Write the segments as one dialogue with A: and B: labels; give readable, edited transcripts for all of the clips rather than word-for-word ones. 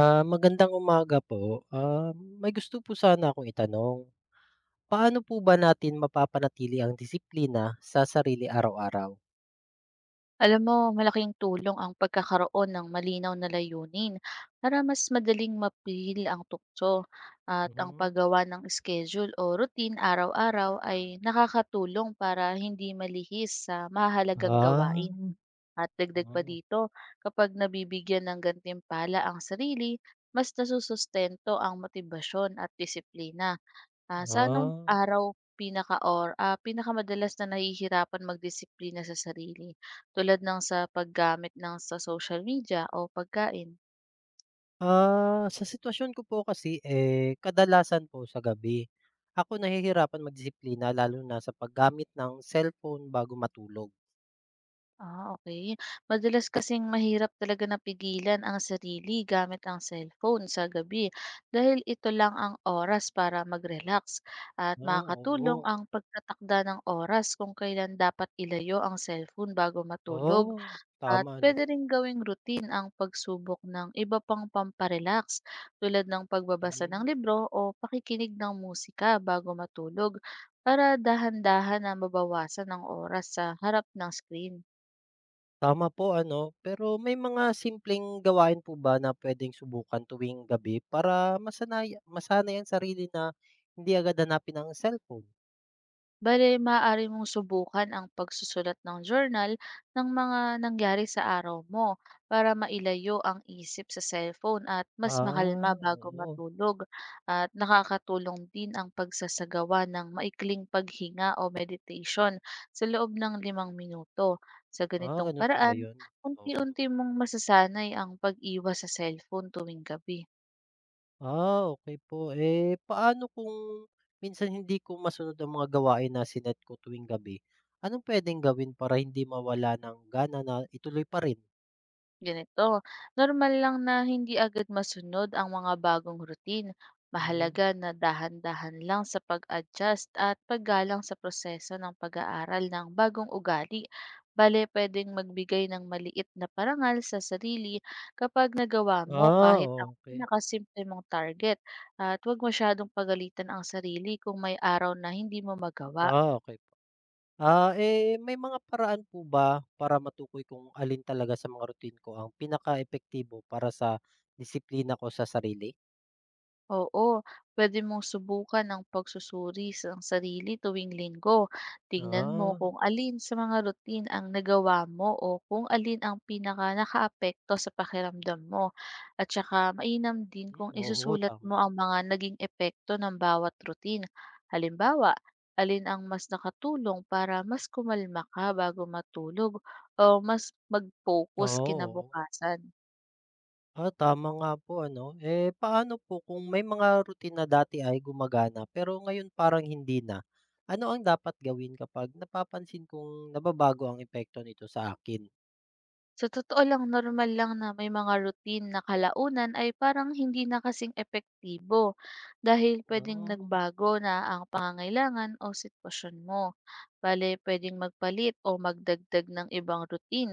A: Magandang umaga po. May gusto po sana akong itanong. Paano po ba natin mapapanatili ang disiplina sa sarili araw-araw?
B: Alam mo, malaking tulong ang pagkakaroon ng malinaw na layunin para mas madaling mapili ang tukso at ang
A: Mhm.
B: paggawa ng schedule o routine araw-araw ay nakakatulong para hindi malihis sa mahalagang
A: Ah,
B: gawain. At dagdag pa
A: Oo.
B: dito, kapag nabibigyan ng gantimpala ang sarili, mas nasusustento ang motibasyon at disiplina. Ah, sa anong
A: Ah.
B: araw pinakamadalas na nahihirapan magdisiplina sa sarili? Tulad ng sa paggamit ng sa social media o pagkain?
A: Sa sitwasyon ko po kasi, eh, kadalasan po sa gabi, ako nahihirapan magdisiplina lalo na sa paggamit ng cellphone bago matulog.
B: Ah, okay. Madalas kasing mahirap talaga na pigilan ang sarili gamit ang cellphone sa gabi dahil ito lang ang oras para mag-relax, at
A: Oo,
B: makakatulong
A: oo.
B: ang pagtatakda ng oras kung kailan dapat ilayo ang cellphone bago matulog.
A: Oo,
B: At
A: tama 'no.
B: puwede ring gawing routine ang pagsubok ng iba pang pamparelax tulad ng pagbabasa
A: Hmm.
B: ng libro o pakikinig ng musika bago matulog, para dahan-dahan na mabawasan ang oras sa harap ng screen.
A: Tama po ano, pero may mga simpleng gawain po ba na pwedeng subukan tuwing gabi para masanay masanay ang sarili na hindi agad hanapin ang cellphone?
B: Bale, maaari mong subukan ang pagsusulat ng journal ng mga nangyari sa araw mo para mailayo ang isip sa cellphone at mas makalma bago
A: Oo.
B: matulog. At nakakatulong din ang pagsasagawa ng maikling paghinga o meditation sa loob ng 5 minuto. Sa ganitong
A: Gano'n pala
B: paraan,
A: 'yun, oo.
B: unti-unti mong masasanay ang pag-iwas sa cellphone tuwing gabi.
A: Okay po. Eh, paano kung minsan hindi ko masunod ang mga gawain na sinet ko tuwing gabi? Anong pwedeng gawin para hindi mawala ng gana na ituloy pa rin?
B: Ganito, normal lang na hindi agad masunod ang mga bagong routine.
A: Hmm.
B: Mahalaga na dahan-dahan lang sa pag-adjust at paggalang sa proseso ng pag-aaral ng bagong ugali. Bale, pwedeng magbigay ng maliit na parangal sa sarili kapag nagawa mo
A: Ah,
B: kahit ang
A: okay.
B: pinakasimple mong target, at huwag masyadong pagalitan ang sarili kung may araw na hindi mo magawa.
A: Okay. May mga paraan po ba para matukoy kung alin talaga sa mga routine ko ang pinaka epektibo para sa disiplina ko sa sarili?
B: Oo, pwede mong subukan ang pagsusuri sa sarili tuwing linggo. Tingnan mo
A: Ah,
B: kung alin sa mga routine ang nagawa mo o kung alin ang pinaka nakaapekto sa pakiramdam mo. At saka mainam din kung
A: hmm, oo,
B: isusulat mo
A: tama.
B: ang mga naging epekto ng bawat routine. Halimbawa, alin ang mas nakatulong para mas kumalma ka bago matulog o mas mag-focus
A: Oo.
B: kinabukasan.
A: Tama nga po ano. Eh, paano po kung may mga routine na dati ay gumagana pero ngayon parang hindi na? Ano ang dapat gawin kapag napapansin kong nababago ang epekto nito sa akin?
B: Sa totoo lang, normal lang na may mga routine na kalaunan ay parang hindi na kasing epektibo, dahil pwedeng
A: Oo.
B: nagbago na ang pangangailangan o sitwasyon mo. Bale, pwedeng magpalit o magdagdag ng ibang routine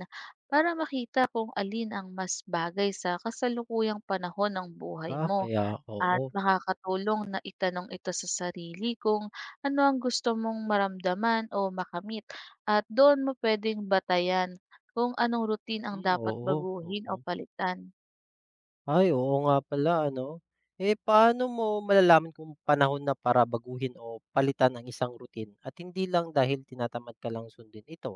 B: para makita kung alin ang mas bagay sa kasalukuyang panahon ng buhay mo.
A: Kaya
B: At
A: oo. Tama.
B: makakatulong na itanong ito sa sarili kung ano ang gusto mong maramdaman o makamit, at doon mo pwedeng batayan kung anong routine ang
A: Mm,
B: dapat
A: oo.
B: baguhin o
A: Oo.
B: palitan.
A: Ay, oo nga pala ano. Eh, paano mo malalaman kung panahon na para baguhin o palitan ang isang routine at hindi lang dahil tinatamad ka lang sundin ito?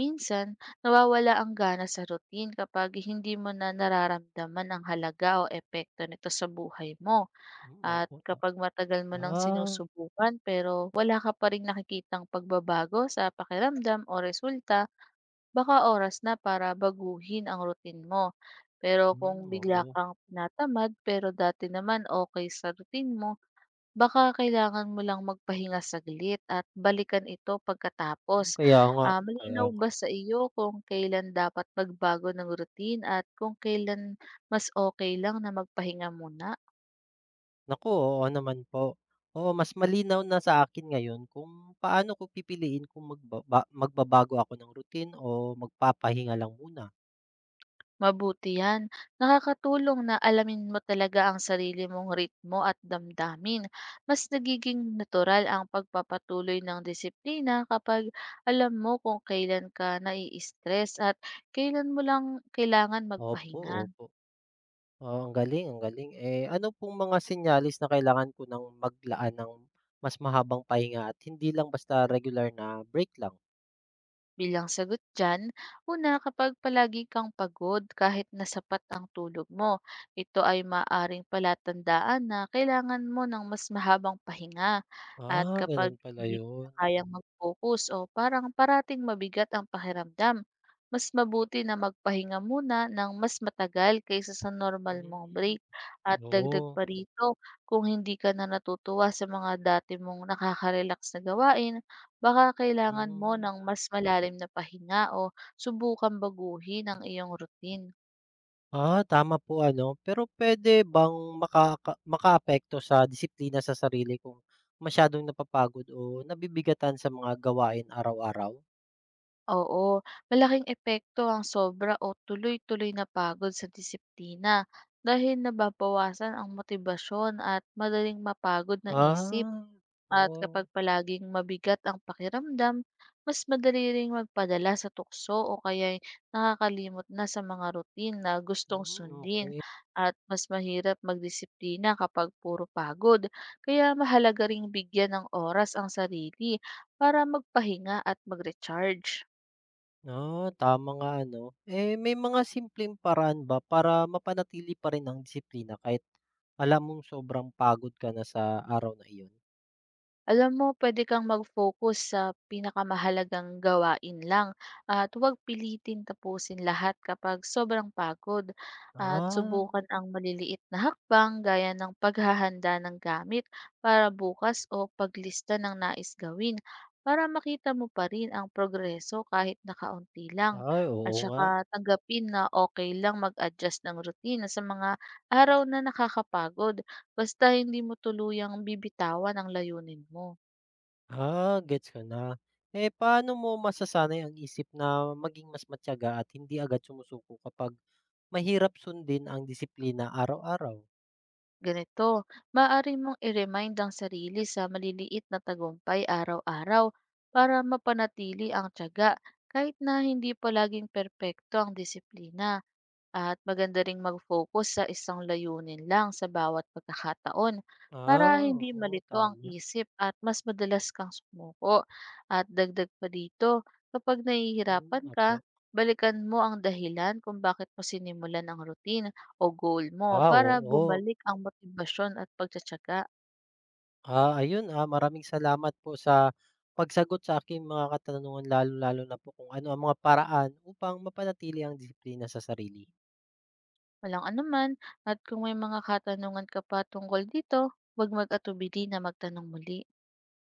B: Minsan, nawawala ang gana sa routine kapag hindi mo na nararamdaman ang halaga o epekto nito sa buhay mo.
A: Hmm,
B: At
A: oo nga.
B: kapag matagal mo nang
A: Ah,
B: sinusubukan pero wala ka pa rin nakikitang pagbabago sa pakiramdam o resulta, baka oras na para baguhin ang routine mo. Pero kung
A: hmm,
B: bigla
A: oo.
B: kang pinatamad pero dati naman okay sa routine mo, baka kailangan mo lang magpahinga saglit at balikan ito pagkatapos.
A: Hmm, kaya nga,
B: Ah,
A: kaya
B: malinaw
A: nga.
B: ba sa iyo kung kailan dapat magbago ng routine at kung kailan mas okay lang na magpahinga muna?
A: Naku, oo naman po. Oo, mas malinaw na sa akin ngayon kung paano ko pipiliin kung magbabago ako ng routine o magpapahinga lang muna.
B: Mabuti yan. Nakakatulong na alamin mo talaga ang sarili mong ritmo at damdamin. Mas nagiging natural ang pagpapatuloy ng disiplina kapag alam mo kung kailan ka nai-stress at kailan mo lang kailangan
A: Opo,
B: magpahinga.
A: opo. Oo, ang galing, ang galing. Eh, ano pong mga senyales na kailangan ko ng maglaan ng mas mahabang pahinga at hindi lang basta regular na break lang?
B: Bilang sagot dyan, una, kapag palagi kang pagod kahit na sapat ang tulog mo, ito ay maaring palatandaan na kailangan mo ng mas mahabang pahinga. At kapag
A: Gano'n pala
B: hindi mo na
A: 'yun.
B: kayang mag-focus o parang parating mabigat ang pakiramdam, mas mabuti na magpahinga muna ng mas matagal kaysa sa normal mong
A: Hmm,
B: break. At dagdag
A: oo,
B: pa rito, kung hindi ka na natutuwa sa mga dati mong nakakarelax na gawain, baka kailangan mo
A: hmm.
B: ng mas malalim na pahinga o subukan baguhin ang iyong routine.
A: Tama po ano, pero puwede bang makaapekto sa disiplina sa sarili kung masyadong napapagod o nabibigatan sa mga gawain araw-araw?
B: Oo, malaking epekto ang sobra o tuloy-tuloy na pagod sa disiplina, dahil nababawasan ang motibasyon at madaling mapagod ng isip.
A: Ah,
B: At
A: oh,
B: kapag palaging mabigat ang pakiramdam, mas madali ring magpadala sa tukso o kaya'y nakakalimot na sa mga routine na gustong
A: hmm,
B: sundin,
A: okey.
B: at mas mahirap magdisiplina kapag puro pagod. Kaya mahalaga ring bigyan ng oras ang sarili para magpahinga at mag-recharge.
A: Tama nga ano. Eh, may mga simpleng paraan ba para mapanatili pa rin ang disiplina kahit alam mong sobrang pagod ka na sa araw na iyon?
B: Alam mo, pwede kang mag-focus sa pinakamahalagang gawain lang at huwag pilitin tapusin lahat kapag sobrang pagod, at
A: Ah,
B: subukan ang maliliit na hakbang gaya ng paghahanda ng gamit para bukas o paglista ng nais gawin, para makita mo pa rin ang progreso kahit nakaunti lang.
A: ay
B: At
A: oo nga.
B: saka tanggapin na okay lang mag-adjust ng rutina sa mga araw na nakakapagod, basta hindi mo tuluyang bibitawan ang layunin mo.
A: Gets ko na. Eh, paano mo masasanay ang isip na maging mas matyaga at hindi agad sumusuko kapag mahirap sundin ang disiplina araw-araw?
B: Ganito, maaari mong i-remind ang sarili sa maliliit na tagumpay araw-araw para mapanatili ang tiyaga, kahit na hindi palaging perpekto ang disiplina. At maganda ring mag-focus sa isang layunin lang sa bawat pagkakataon, para hindi
A: Oo,
B: malito ang
A: tama.
B: isip at mas madalas kang sumuko. At dagdag pa dito, kapag
A: Mm,
B: nahihirapan ka,
A: opo.
B: balikan mo ang dahilan kung bakit mo sinimulan ang routine o goal mo, para
A: Oo.
B: bumalik ang motibasyon at pagtsatsaga.
A: Ayun, maraming salamat po sa pagsagot sa aking mga katanungan, lalo lalo na po kung ano ang mga paraan upang mapanatili ang disiplina sa sarili.
B: Walang anuman, at kung may mga katanungan ka pa tungkol dito, huwag mag-atubili na magtanong muli.